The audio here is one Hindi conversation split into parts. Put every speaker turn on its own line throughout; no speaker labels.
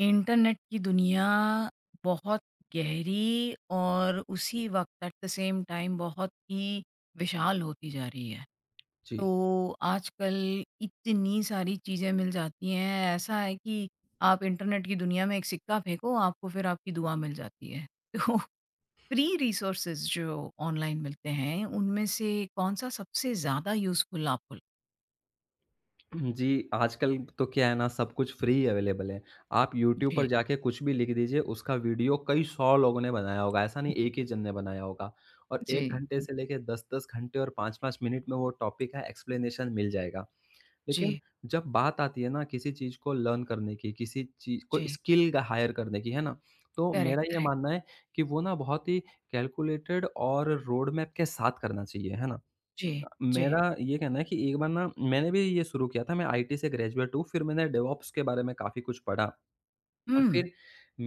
इंटरनेट की दुनिया बहुत गहरी और उसी वक़्त एट द सेम टाइम बहुत ही विशाल होती जा रही है।
जी।
तो आजकल इतनी सारी चीज़ें मिल जाती हैं, ऐसा है कि आप इंटरनेट की दुनिया में एक सिक्का फेंको, आपको फिर आपकी दुआ मिल जाती है। तो फ्री रिसोर्सेज़ जो ऑनलाइन मिलते हैं, उनमें से कौन-सा सबसे ज़्यादा यूज़फुल आपको लगा?
जी, आजकल तो क्या है ना सब कुछ फ्री अवेलेबल है। आप यूट्यूब पर
जी।
जाके कुछ भी लिख दीजिए, उसका वीडियो कई 100 लोगों ने बनाया होगा, ऐसा नहीं एक ही जन ने बनाया होगा। और
जी,
1 घंटे
जी,
से लेके 10-10 घंटे और 5-5 मिनट में वो टॉपिक का एक्सप्लेनेशन मिल जाएगा। लेकिन
जी,
जब बात आती है ना किसी चीज़ को लर्न करने की, किसी चीज़ को
जी
स्किल का हायर करने की, है ना? तो
करेक्ट,
मेरा ये
करेक्ट।
मानना है कि वो ना बहुत ही कैलकुलेटेड और रोड मैप के साथ करना चाहिए, है ना?
जी, जी।
मेरा ये कहना है कि एक बार ना मैंने भी ये शुरू किया था, मैं आईटी से ग्रेजुएट हूँ, फिर मैंने डेवऑप्स के बारे में काफ़ी कुछ पढ़ा और
हुँ।
फिर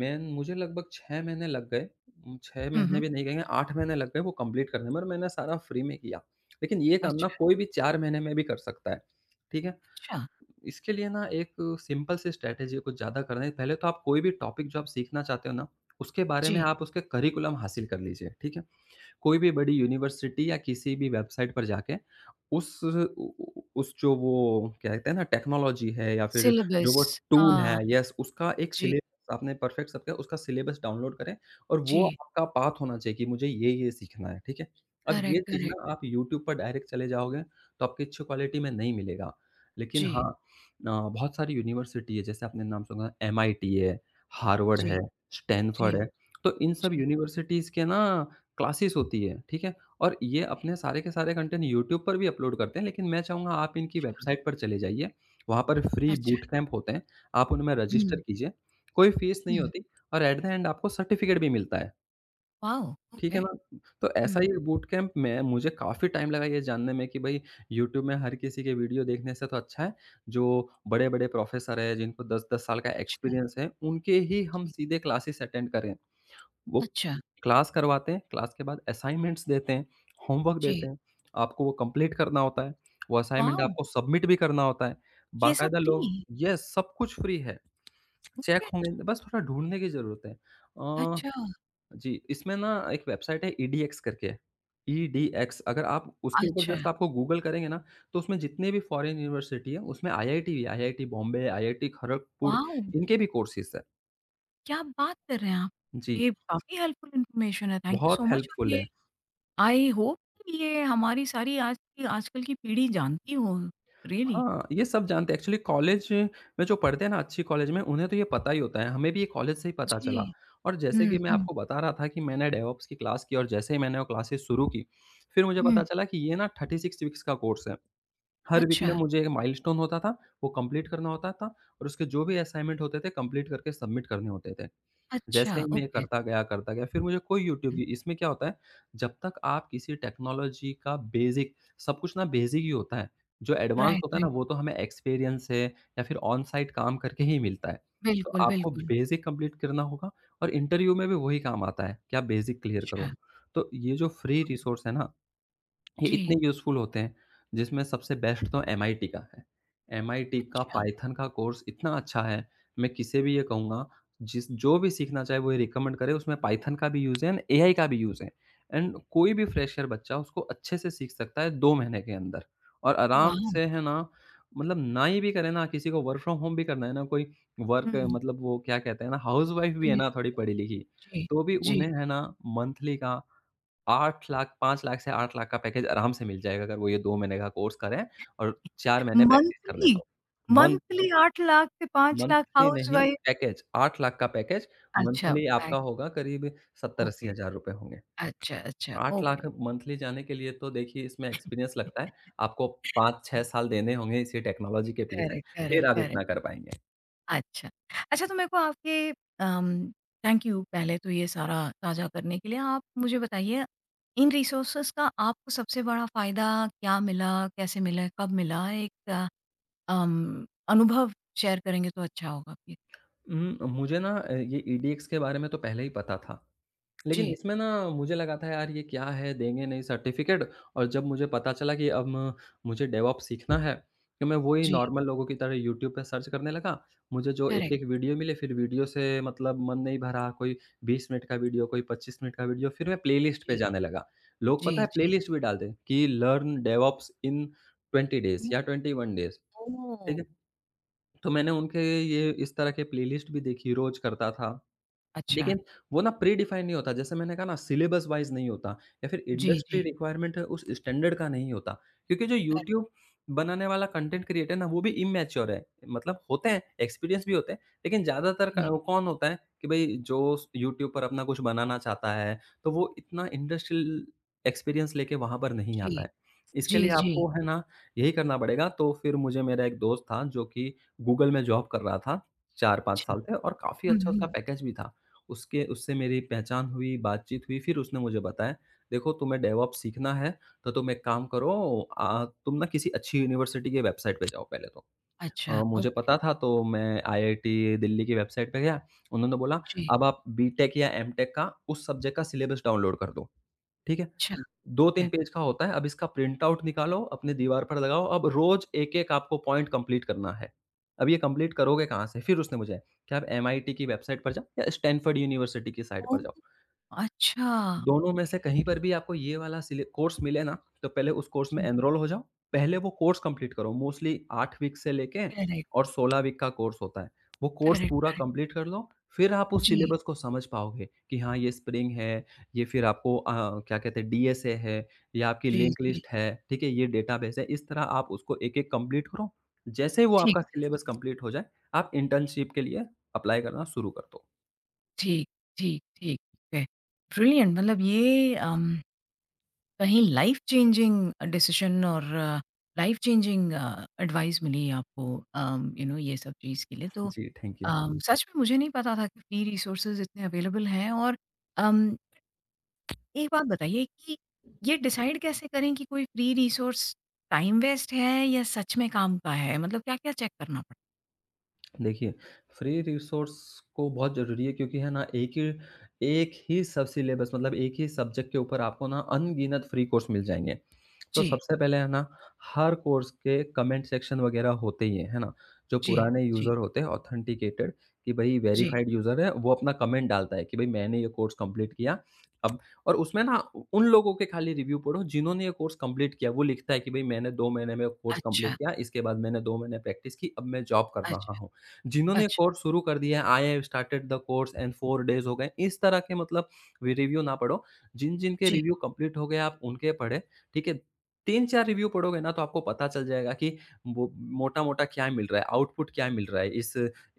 मैं मुझे लगभग 6 महीने लग गए 6
हुँ,
महीने
हुँ।
भी नहीं कहेंगे, 8 महीने लग गए वो कंप्लीट करने में और मैंने सारा फ्री में किया। लेकिन ये काम ना
अच्छा,
कोई भी 4 महीने में भी कर सकता है, ठीक है?
अच्छा।
इसके लिए ना एक सिंपल सी स्ट्रैटेजी है, कुछ ज़्यादा करना नहीं, पहले तो आप कोई भी टॉपिक जो आप सीखना चाहते हो ना, उसके बारे में
जी,
आप उसके करिकुलम हासिल कर लीजिए, ठीक है? कोई भी बड़ी यूनिवर्सिटी या किसी भी वेबसाइट पर जाके उस उ उस जो वो क्या कहते हैं ना टेक्नोलॉजी है या फिर जो
सिलेबस।
वो टूल है
हाँ,
यस, उसका एक
जी,
सिलेबस आपने परफेक्ट सब किया, उसका सिलेबस डाउनलोड करें और वो
जी।
आपका पाथ होना चाहिए कि मुझे ये-ये सीखना है, ठीक है? अब
करेक्ट,
ये चीज़
करेक्ट।
ना आप यूट्यूब पर डायरेक्ट चले जाओगे तो आपको अच्छी क्वालिटी में नहीं मिलेगा। लेकिन
जी,
हाँ बहुत सारी यूनिवर्सिटी है जैसे आपने नाम सुना एमआईटी है, हार्वर्ड
जी,
है,
जी,
स्टैनफोर्ड है, तो इन सब
जी।
यूनिवर्सिटीज़ के ना क्लासेस होती है, ठीक है? और ये अपने सारे के सारे कंटेंट यूट्यूब पर भी अपलोड करते हैं, लेकिन मैं चाहूँगा आप इनकी
अच्छा,
वेबसाइट पर चले जाइए, वहाँ पर फ्री
अच्छा।
बूट कैंप होते हैं, आप उनमें रजिस्टर
हुँ,
कीजिए, कोई फीस नहीं
हुँ।
होती और एट द एंड आपको सर्टिफिकेट भी मिलता है,
वॉव!
ठीक
ओके।
है ना? तो ऐसा
हुँ।
ही बूट कैंप में मुझे काफ़ी टाइम लगा ये जानने में कि भाई यूट्यूब में हर किसी के वीडियो देखने से तो अच्छा है, जो बड़े-बड़े प्रोफ़ेसर हैं, जिनको 10-10 साल का
अच्छा,
एक्सपीरियंस है, उनके ही हम
जी।
सीधे क्लासेस अटेंड करें। वो
अच्छा,
क्लास करवाते हैं, क्लास के बाद असाइनमेंट्स देते हैं, होमवर्क
जी।
देते हैं, आपको वो कंप्लीट करना होता है, वो असाइनमेंट
वॉव!
आपको सबमिट भी करना होता है।
ये सब
बाकायदा लोग
फ्री?
यस, सब कुछ फ्री है, चेक
ओके।
होंगे, बस थोड़ा ढूँढने की ज़रूरत है।
अच्छा,
जी, इसमें ना एक वेबसाइट है ईडीएक्स करके, ईडीएक्स अगर आप उसके ऊपर
अच्छा।
जस्ट आपको गूगल करेंगे ना, तो उसमें जितने भी फॉरेन यूनिवर्सिटी है, उसमें आईआईटी भी है, IIT Bombay, IIT Kharagpur,
wow!
इनके भी कोर्सेज़ हैं।
क्या बात कर रहे हैं आप!
जी,
ये काफ़ी हेल्पफुल इन्फॉर्मेशन है, थैंक यू
बहुत
सो मच। और
हेल्पफुल
ये
है।
आई होप कि ये हमारी सारी आज की आजकल की पीढ़ी जानती हो, रियली।
हाँ, ये सब जानते हैं एक्चुअली कॉलेज में जो पढ़ते हैं ना अच्छी कॉलेज में उन्हें तो ये पता ही होता है, हमें भी ये कॉलेज से ही पता
जी।
चला। और जैसे
हुँ,
कि मैं
हुँ,
आपको बता रहा था कि मैंने डेवऑप्स की क्लास की और जैसे ही मैंने वो क्लासेस शुरू की, फिर मुझे
हुँ।
पता चला कि ये ना 36 वीक्स का कोर्स है। हर वीक में
अच्छा,
मुझे एक माइलस्टोन होता था, वो कंप्लीट करना होता था और उसके जो भी असाइनमेंट होते थे कंप्लीट करके सबमिट करने होते थे। जैसे
अच्छा,
ही मैं
ओके।
करता गया, फिर मुझे कोई यूट्यूब
हुँ,
की इसमें क्या होता है, जब तक आप किसी टेक्नोलॉजी का बेसिक सब कुछ ना बेसिक ही होता है, जो एडवांस
राइट,
होता है ना,
राइट।
वो तो हमें एक्सपीरियंस से या फिर ऑन साइट काम करके ही मिलता है। तो
बिल्कुल,
आपको
बिल्कुल।
बेसिक कंप्लीट करना होगा और इंटरव्यू में भी वही काम आता है कि आप बेसिक क्लियर
अच्छा,
करो। तो ये जो फ्री रिसोर्स है ना ये इतने
जी,
यूज़फुल होते हैं, जिसमें सबसे बेस्ट तो एमआईटी का है। एमआईटी का
अच्छा,
पाइथन का कोर्स इतना अच्छा है, मैं किसे भी ये कहूँगा जिस जो भी सीखना चाहे वो ये रिकमेंड करे उसमें पाइथन का भी यूज़ है एंड एआई का भी यूज़ है एंड कोई भी फ्रेशर बच्चा उसको अच्छे से सीख सकता है 2 महीने के अंदर और आराम
वाह!
से है ना, मतलब ना ही भी करे ना किसी को वर्क फ्रॉम होम भी करना है ना कोई वर्क
हुँ,
मतलब वो क्या कहते हैं ना हाउसवाइफ़ भी है ना
बिल्कुल,
थोड़ी पढ़ी-लिखी,
जी,
तो भी
जी।
उन्हें है ना मंथली का 8,00,000 5,00,000 से 8,00,000 का पैकेज आराम से मिल जाएगा अगर वो ये 2 महीने का कोर्स करें और 4 महीने प्रैक्टिस कर लें
मंथली
तो। मंथ
मंथली 8,00,000 से 5,00,000
मंथली नहीं
हाउसवाइफ।
पैकेज 8,00,000 का पैकेज
अच्छा,
मंथली आपका
बैक।
होगा करीब 70-80
ओके,
हज़ार रुपए होंगे।
अच्छा, अच्छा, ओके।
8,00,000 मंथली जाने के लिए तो देखिए इसमें एक्सपीरियंस लगता है। आपको 5-6 साल देने होंगे इसी टेक्नोलॉजी के पीछे,
करेक्ट, करेक्ट,
फिर आप
करेक्ट।
इतना कर पाएँगे।
अच्छा। अच्छा, तो मेरे को आपके अम, थैंक यू पहले तो ये सारा साझा करने के लिए। आप मुझे बताइए, इन रिसोर्सेज़ का आपको सबसे बड़ा फ़ायदा क्या मिला? कैसे मिला? कब मिला? एक अनुभव शेयर करेंगे तो अच्छा होगा प्लीज़।
मुझे ना ये ईडीएक्स के बारे में तो पहले ही पता था। लेकिन
जी,
इसमें ना मुझे लगा था यार ये क्या है देंगे नहीं सर्टिफिकेट और जब मुझे पता चला कि मुझे डेवऑप्स सीखना है कि मैं वही
जी,
नॉर्मल लोगों की तरह यूट्यूब पे सर्च करने लगा मुझे जो एक
करेक्ट।
एक वीडियो मिले फिर वीडियो से मतलब मन नहीं भरा कोई 20 मिनट का वीडियो कोई 25 मिनट का वीडियो फिर मैं प्लेलिस्ट पे
जी,
जाने लगा लोग
जी,
पता है
जी।
प्लेलिस्ट भी डालते हैं कि लर्न डेवऑप्स इन 20 डेज
हुँ,
या 21 डेज
ओह!
ठीक है तो मैंने उनके ये इस तरह के प्लेलिस्ट भी देखी रोज करता था
अच्छा।
लेकिन वो ना प्री डिफाइन नहीं होता, जैसे मैंने कहा ना सिलेबस वाइज़ नहीं होता या फिर
जी,
इंडस्ट्री
जी,
रिक्वायरमेंट है उस स्टैंडर्ड का नहीं होता। क्योंकि जो
करेक्ट।
यूट्यूब बनाने वाला कंटेंट क्रिएटर है ना वो भी इमैच्योर है। मतलब होते हैं, एक्सपीरियंस भी होते हैं, लेकिन ज़्यादातर
जी,
क कौन होता है कि भई जो स यूट्यूब पर अपना कुछ बनाना चाहता है, तो वो इतना इंडस्ट्रियल एक्सपीरियंस लेके वहाँ पर नहीं आता
जी,
है। इसके
जी,
लिए
जी।
आपको है ना यही करना पड़ेगा तो फिर मुझे मेरा एक दोस्त था जो कि गूगल में जॉब कर रहा था, 4-5
अच्छा।
साल से और काफ़ी
हुँ,
अच्छा उसका
हुँ।
पैकेज भी था। उसके उससे मेरी पहचान हुई, बातचीत हुई, फिर उसने मुझे बताया, "देखो तुम्हें डेवऑप्स सीखना है, तो तुम एक काम करो तुम ना किसी अच्छी यूनिवर्सिटी की वेबसाइट पे जाओ पहले तो।"
अच्छा,
मुझे
ओके।
पता था तो मैं आईआईटी दिल्ली की वेबसाइट पे गया, उन्होंने बोला,
जी,
"अब आप बीटेक या एमटेक का उस सब्जेक्ट का सिलेबस डाउनलोड कर दो।" ठीक है?
अच्छा, ओके।
2-3 पेज का होता है, अब इसका प्रिंट आउट निकालो, अपनी दीवार पर लगाओ, अब रोज़ एक-एक आपको पॉइंट कंप्लीट करना है। अब ये कंप्लीट करोगे कहाँ से? फिर उसने मुझे, कि आप एमआईटी की वेबसाइट पर जाओ या स्टैनफोर्ड यूनिवर्सिटी की साइट
ओह!
पर जाओ।
अच्छा,
दोनों में
ओके।
से कहीं पर भी आपको ये वाला सिले कोर्स मिले ना, तो पहले उस कोर्स में
जी।
एनरोल हो जाओ। पहले वो कोर्स कंप्लीट करो। मोस्टली 8 वीक से लेके
करेक्ट,
और 16 वीक का कोर्स होता है। वो कोर्स
करेक्ट,
पूरा
करेक्ट।
कंप्लीट कर लो, फिर आप उस
जी,
सिलेबस को समझ पाओगे कि हाँ, ये स्प्रिंग है, ये फिर आपको क्या कहते हैं डीएसए है, ये आपकी
जी,
लिंक
जी।
लिस्ट है, ठीक है? ये डेटाबेस है। इस तरह आप उसको एक-एक कंप्लीट करो। जैसे ही वो
ठीक,
आपका
ठीक,
सिलेबस कंप्लीट हो जाए, आप इंटर्नशिप के लिए अप्लाई करना शुरू कर दो।
ठीक, ठीक, ठीक है। ब्रिलियंट मतलब ये कहीं लाइफ़ चेंजिंग डिसीज़न और लाइफ़ चेंजिंग एडवाइस मिली आपको, यू नो ये सब चीज़ के लिए। तो
जी, थैंक यू।
सच में मुझे नहीं पता था कि फ्री रिसोर्सेज़ इतने अवेलेबल हैं। और अम, एक बात बताइए कि ये डिसाइड कैसे करें कि कोई फ्री रिसोर्स टाइम वेस्ट है या सच में काम का है? मतलब क्या-क्या चेक करना पड़ता है?
देखिए, फ्री रिसोर्स को बहुत ज़रूरी है क्योंकि है ना एक ही सब सिलेबस मतलब एक ही सब्जेक्ट के ऊपर आपको ना अनगिनत फ्री कोर्स मिल जाएँगे। तो
जी,
सबसे पहले है ना, हर कोर्स के कमेंट सेक्शन वगैरह होते ही हैं, है ना? जो
जी,
पुराने
जी,
यूज़र होते हैं ऑथेंटिकेटेड कि भई
जी।
वेरिफाइड यूज़र है, वो अपना कमेंट डालता है कि भई मैंने ये कोर्स कंप्लीट किया। अब और उसमें ना उ उन लोगों के खाली रिव्यू पढ़ो जिन्होंने ये कोर्स कंप्लीट किया। वो लिखता है कि भई मैंने 2 महीने में कोर्स कंप्लीट
अच्छा,
किया, इसके बाद मैंने 2 महीने प्रैक्टिस की, अब मैं जॉब कर रहा
अच्छा,
हूँ। जिन्होंने
अच्छा।
कोर्स शुरू कर दिया है, I have started the course and 4 days हो गए, इस तरह के मतलब रि रिव्यू ना पढ़ो। जिन-जिन के
जी,
रिव्यू कंप्लीट हो गए आप उनके पढ़ें, ठीक है? 3-4 रिव्यू पढ़ोगे ना तो आपको पता चल जाएगा कि वो मोटा-मोटा क्या मिल रहा है, आउटपुट क्या मिल रहा है।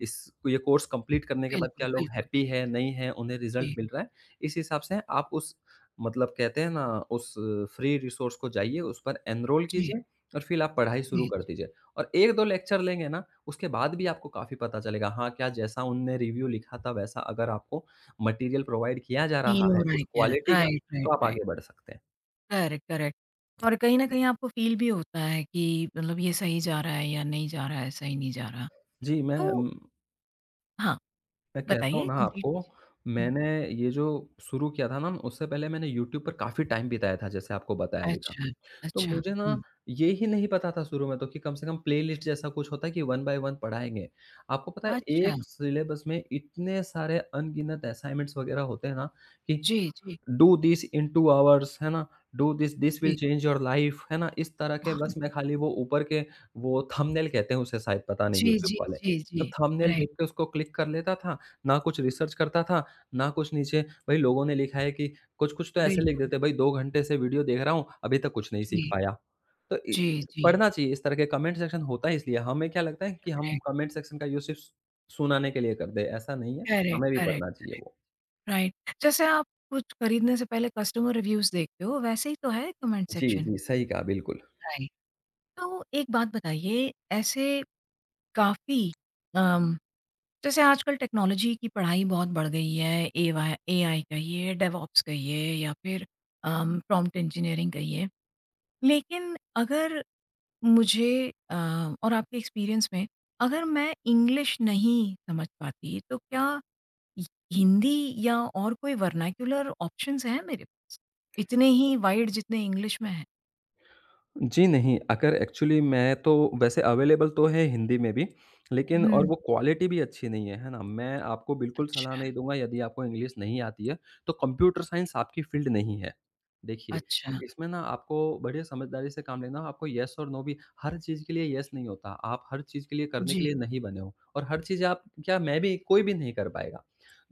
इस ये कोर्स कंप्लीट करने के बाद
बिल्कुल,
क्या लोग
बिल्कुल।
हैप्पी है, नहीं है, उन्हें रिज़ल्ट
जी,
मिल रहा है। इस हिसाब से आप उस मतलब कहते हैं ना उस फ्री रिसोर्स को जाइए, उस पर एनरोल
जी,
कीजिए और फिर आप पढ़ाई शुरू
जी,
कर
जी।
दीजिए। और 1-2 लेक्चर लेंगे ना, उसके बाद भी आपको काफ़ी पता चलेगा हाँ, क्या जैसा उनने रिव्यू लिखा था वैसा अगर आपको मटेरियल प्रोवाइड किया जा रहा
फ़ील हो
है
रहा
उस
है क्या?
क्वालिटी का,
राइट, राइट,
तो आप
राइट।
आगे बढ़ सकते हैं।
Correct, correct. और कहीं न कहीं आपको फ़ील भी होता है कि मतलब ये सही जा रहा है या नहीं जा रहा है, सही नहीं जा रहा।
जी, मैं
तो
उम
हाँ,
मैं कहता हूँ
बताइए
ना
कंप्लीट
आपको,
कीजिए। हुँ,
मैंने ये जो शुरू किया था ना, उससे पहले मैंने यूट्यूब पर काफ़ी टाइम बिताया था, जैसे आपको बताया भी था।
अच्छा,
तो
अच्छा,
मुझे ना
हुँ,
ये ही नहीं पता था शुरू में तो कि कम से कम प्लेलिस्ट जैसा कुछ होता है कि वन बाय वन पढ़ाएँगे। आपको पता है
अच्छा।
एक सिलेबस में इतने सारे अनगिनत असाइनमेंट्स वगैरह होते हैं ना कि
जी, जी,
डू दिस इन 2 आवर्स है ना? डू दिस दिस विल
जी।
चेंज योर लाइफ है ना? इस तरह के बस मैं खाली वो ऊपर के वो थंबनेल कहते हैं उसे शायद पता नहीं
जी,
यूट्यूब
जी,
वाले।
जी,
तो
जी।
थंबनेल देख
राइट,
के उसको क्लिक कर लेता था, ना कुछ रिसर्च करता था, ना कुछ नीचे भई लोगों ने लिखा है कि कुछ-कुछ तो ऐसे लिख
बिल्कुल।
देते हैं, भई 2 घंटे से वीडियो देख रहा हूँ, अभी तक कुछ नहीं सीख
जी,
पाया। तो इ
जी, जी।
पढ़ना चाहिए इस तरह के कमेंट सेक्शन होता है इसलिए, हमें क्या लगता है कि हम
करेक्ट,
कमेंट सेक्शन का यूज़ सिर्फ़ सुनाने के लिए कर दें, ऐसा नहीं है,
करेक्ट,
हमें भी
करेक्ट।
पढ़ना चाहिए वो।
राइट। जैसे आप कुछ खरीदने से पहले कस्टमर रिव्यूज़ देखते हो, वैसे ही तो है कमेंट
जी,
सेक्शन।
जी, सही कहा, बिल्कुल।
राइट। तो एक बात बताइए, ऐसे काफ़ी अम, जैसे आजकल टेक्नोलॉजी की पढ़ाई बहुत बढ़ गई है, एवाय एआई कहिए, डेवऑप्स कहिए या फिर प्रॉम्प्ट इंजीनियरिंग कहिए। लेकिन अगर मुझे और आपके एक्सपीरियंस में, अगर मैं इंग्लिश नहीं समझ पाती, तो क्या हि हिंदी या और कोई वर्नाक्युलर ऑप्शंस हैं मेरे पास? इतने ही वाइड जितने इंग्लिश में हैं?
जी नहीं, अगर एक्चुअली मैं तो वैसे अवेलेबल तो है हिंदी में भी, लेकिन और
हुँ।
वो क्वालिटी भी अच्छी नहीं है, है ना? मैं आपको बिल्कुल सलाह
अच्छा,
नहीं दूँगा यदि आपको इंग्लिश नहीं आती है, तो कंप्यूटर साइंस आपकी फ़ील्ड नहीं है। देखिए,
अच्छा।
इसमें ना आपको बड़े समझदारी से काम लेना, आपको येस और नो भी हर चीज़ के लिए येस नहीं होता, आप हर चीज़ के लिए करने के
जी,
लिए नहीं बने हो और हर चीज़ आप क्या मैं भी कोई भी नहीं कर पाएगा।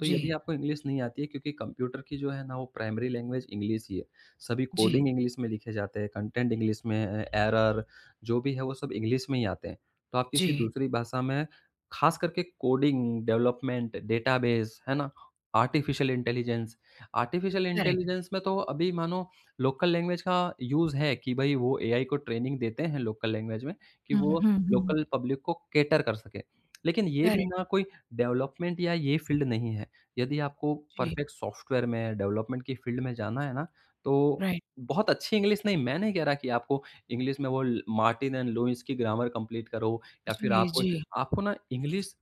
तो यदि
जी,
आपको इंग्लिश नहीं आती है क्योंकि कंप्यूटर की जो है ना वो प्राइमरी लैंग्वेज इंग्लिश ही है। सभी
जी,
कोडिंग इंग्लिश में लिखे जाते हैं, कंटेंट इंग्लिश में है, एरर जो भी है वो सब इंग्लिश में ही आते हैं। तो आप किसी
जी,
दूसरी भाषा में ख़ास करके कोडिंग, डेवलपमेंट, डेटाबेस, है ना? Artificial intelligence, artificial
correct.
Intelligence में तो अभी मानो लोकल लैंग्वेज का यूज़ है कि भई वो एआई को ट्रेनिंग देते हैं लोकल लैंग्वेज में कि
हुँ,
वो
हुँ, हुँ।
लोकल पब्लिक को कैटर कर सके। लेकिन ये भी
करेक्ट,
ना कोई डेवलपमेंट या ये फ़ील्ड नहीं है। यदि आपको
जी,
परफ़ेक्ट सॉफ्टवेयर में डेवलपमेंट की फ़ील्ड में जाना है ना तो
राइट।
बहुत अच्छी इंग्लिश नहीं, मैं नहीं कह रहा कि आपको इंग्लिश में वो ल मार्टिन एंड लुईस की ग्रामर कंप्लीट करो या फिर
जी,
आपको
जी,
आपको ना इंग्लिश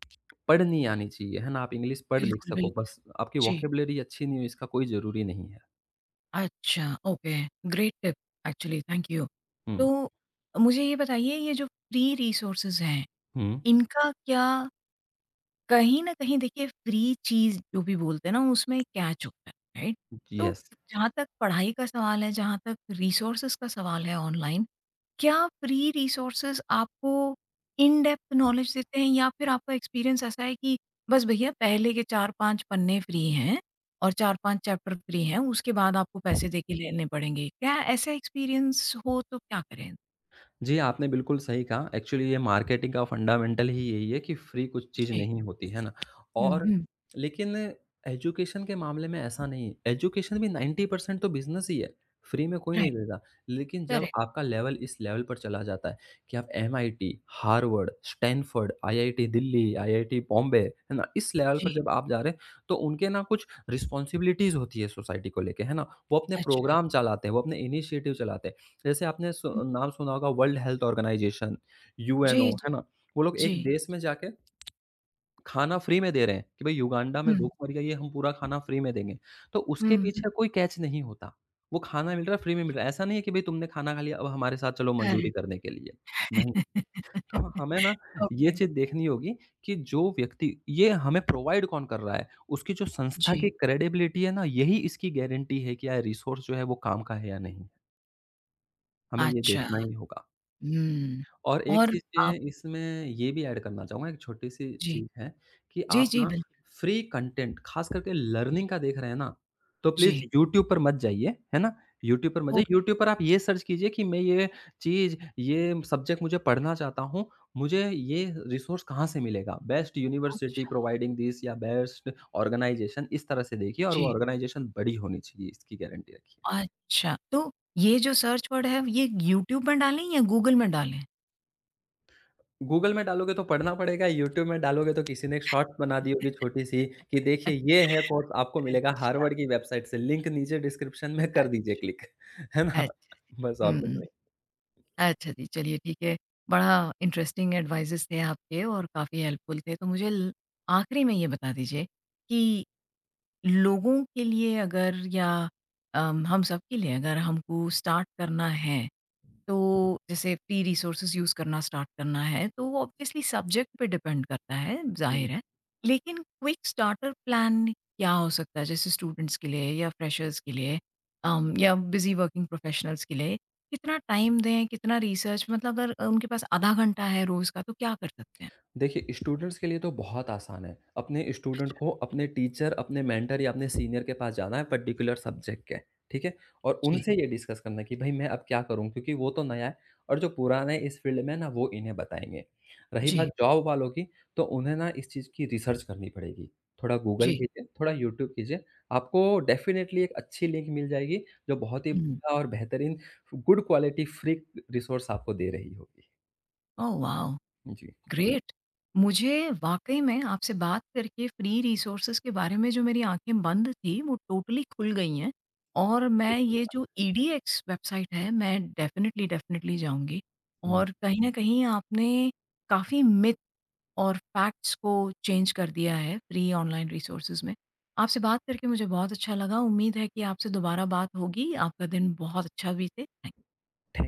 पढ़नी आनी चाहिए, है ना? आप इंग्लिश पढ़-लिख
बिल्कुल,
सको
बिल्कुल,
बस, आपकी
जी।
वोकैब्युलरी अच्छी नहीं हो इसका कोई ज़रूरी नहीं है।
अच्छा, okay, great tip actually, thank you.
हुँ,
तो मुझे ये बताइए, ये जो फ्री रिसोर्सेज़ हैं,
हुँ,
इनका क्या, कहीं न कहीं देखिए फ्री चीज़ जो भी बोलते हैं ना उसमें कैच होता है, राइट? तो
येस।
जहाँ तक पढ़ाई का सवाल है, जहाँ तक रिसोर्सेज़ का सवाल है ऑनलाइन, क्या फ्री रिसोर्सेज़ आपको इन डेप्थ नॉलेज देते हैं या फिर आपका एक्सपीरियंस ऐसा है कि बस भैया पहले के 4-5 पन्ने फ्री हैं और 4-5 चैप्टर फ्री हैं, उसके बाद आपको पैसे दे के लेने पड़ेंगे? क्या ऐसा एक्सपीरियंस हो तो क्या करें?
जी, आपने बिल्कुल सही कहा। एक्चुअली ये मार्केटिंग का फंडामेंटल ही यही है कि फ्री कुछ चीज़
जी।
नहीं होती, है ना?
हुँ,
और
हुँ।
लेकिन एजुकेशन के मामले में ऐसा नहीं है। एजुकेशन भी 90% तो बिज़नेस ही है, फ्री में कोई नहीं
राइट,
देता। लेकिन जब
करेक्ट।
आपका लेवल इस लेवल पर चला जाता है कि आप MIT, Harvard, Stanford, IIT Delhi, IIT Bombay, है ना? इस लेवल
जी,
पर जब आप जा रहे हैं, तो उनके ना कुछ रिस्पॉन्सिबिलिटीज़ होती है सोसाइटी को लेके, है ना? वो अपने
अच्छा।
प्रोग्राम चलाते हैं, वो अपने इनिशिएटिव चलाते हैं। जैसे आपने सु
हुँ।
नाम सुना होगा वर्ल्ड हेल्थ ऑर्गेनाइजेशन,
जी,
यूएनओ,
जी,
है ना? वो लोग
जी,
एक देश में
जी।
जाके खाना फ्री में दे रहे हैं कि भाई युगांडा में
हुँ।
भूख मरी है, ये हम पूरा खाना फ्री में देंगे। तो
हुँ,
उसके
हुँ।
पीछे कोई कैच नहीं होता। वो खाना मिल रहा है, फ्री में मिल रहा है। ऐसा नहीं है कि भाई तुमने खाना खा लिया, अब हमारे साथ चलो मज़दूरी
करेक्ट।
करने के लिए। नहीं, तो हमें ना ये
ओके,
चीज़ देखनी होगी कि जो व्यक्ति ये हमें प्रोवाइड कौन कर रहा है? उसकी जो संस्था
जी।
की क्रेडिबिलिटी है ना, यही इसकी गारंटी है कि यार रिसोर्स जो है वो काम का है या नहीं? हमें ये
अच्छा,
देखना ही होगा।
हुँ
और एक
और
चीज़ ये
आप
इसमें ये भी ऐड करना चाहूँगा, एक छोटी-सी
जी,
चीज़ है कि
जी,
आप
जी,
ना
बिल्कुल,
फ्री कंटेंट ख़ास करके लर्निंग का देख रहे हैं ना, तो प्लीज़
जी,
यूट्यूब पर मत जाइए, है ना? यूट्यूब पर मत जाइए,
ओके,
यूट्यूब पर आप ये सर्च कीजिए कि मैं ये चीज़, ये सब्जेक्ट मुझे पढ़ना चाहता हूँ, मुझे ये रिसोर्स कहाँ से मिलेगा? बेस्ट यूनिवर्सिटी
अच्छा,
प्रोवाइडिंग दिस या बेस्ट ऑर्गनाइज़ेशन इस तरह से देखिए और वो
जी,
ऑर्गनाइज़ेशन बड़ी होनी चाहिए, इसकी गारंटी रखिए।
अच्छा, तो ये जो सर्च वर्ड है ये यूट्यूब में डालें या गूगल में डालें?
गूगल में डालोगे तो पढ़ना पड़ेगा, यूट्यूब में डालोगे तो किसी ने एक शॉर्ट्स बना दी होगी छोटी-सी कि देखिए ये है कोर्स आपको मिलेगा
अच्छा,
हार्वर्ड की वेबसाइट से, लिंक नीचे डिस्क्रिप्शन में कर दीजिए
अच्छा,
क्लिक। है ना?
अच्छा,
बस और कुछ
हुँ, अच्छा जी, चलिए ठीक है, बड़ा इंटरेस्टिंग एडवाइसेज़ थे आपके और काफ़ी हेल्पफुल थे, तो मुझे ल आखिरी में ये बता दीजिए कि लोगों के लिए अगर या हम सब के लिए अगर हमको स्टार्ट करना है, तो जैसे फ्री रिसोर्सेज़ यूज़ करना स्टार्ट करना है, तो वो ऑब्वियसली सब्जेक्ट पे डिपेंड करता है,
नहीं।
ज़ाहिर है। लेकिन क्विक स्टार्टर प्लान क्या हो सकता है? जैसे स्टूडेंट्स के लिए या फ्रेशर्स के लिए, या बिज़ी वर्किंग प्रोफेशनल्स के लिए, कितना टाइम दें, कितना रिसर्च, मतलब अगर उनके पास आधा घंटा है रोज़ का, तो क्या कर सकते हैं?
देखिए, स्टूडेंट्स के लिए तो बहुत आसान है। अपने स्टूडेंट
अच्छा,
को अपने टीचर, अपने मेंटर या अपने सीनियर के पास जाना है पर्टिकुलर सब्जेक्ट के, ठीक है? और
जी,
उनसे ये डिस्कस करना है कि भई मैं अब क्या करूँ? क्योंकि वो तो नया है और जो पुराने इस फील्ड में है ना वो इन्हें बताएँगे। रही बात
जी,
जॉब वालों की, तो उन्हें ना इस चीज़ की रिसर्च करनी पड़ेगी। थोड़ा गूगल
जी।
कीजिए, थोड़ा यूट्यूब कीजिए, आपको डेफ़िनेटली एक अच्छी लिंक मिल जाएगी जो बहुत ही
हुँ।
बढ़िया और बेहतरीन गुड क्वालिटी फ्री रिसोर्स आपको दे रही होगी।
Oh wow!
जी।
ग्रेट! मुझे वाक़ई में आपसे बात करके फ्री रिसोर्सेज़ के बारे में जो मेरी आँखें बंद थी, वो टोटली खुल गई हैं। और
जी,
मैं ये
धन्यवाद।
जो ईडीएक्स वेबसाइट है, मैं डेफ़िनिटली, डेफ़िनिटली जाऊँगी।
हुँ।
और कहीं न कहीं आपने काफ़ी मिथ और फैक्ट्स को चेंज कर दिया है फ्री ऑनलाइन रिसोर्सेज़ में। आपसे बात करके मुझे बहुत अच्छा लगा। उम्मीद है कि आपसे दोबारा बात होगी। आपका दिन बहुत अच्छा बीते।
थैंक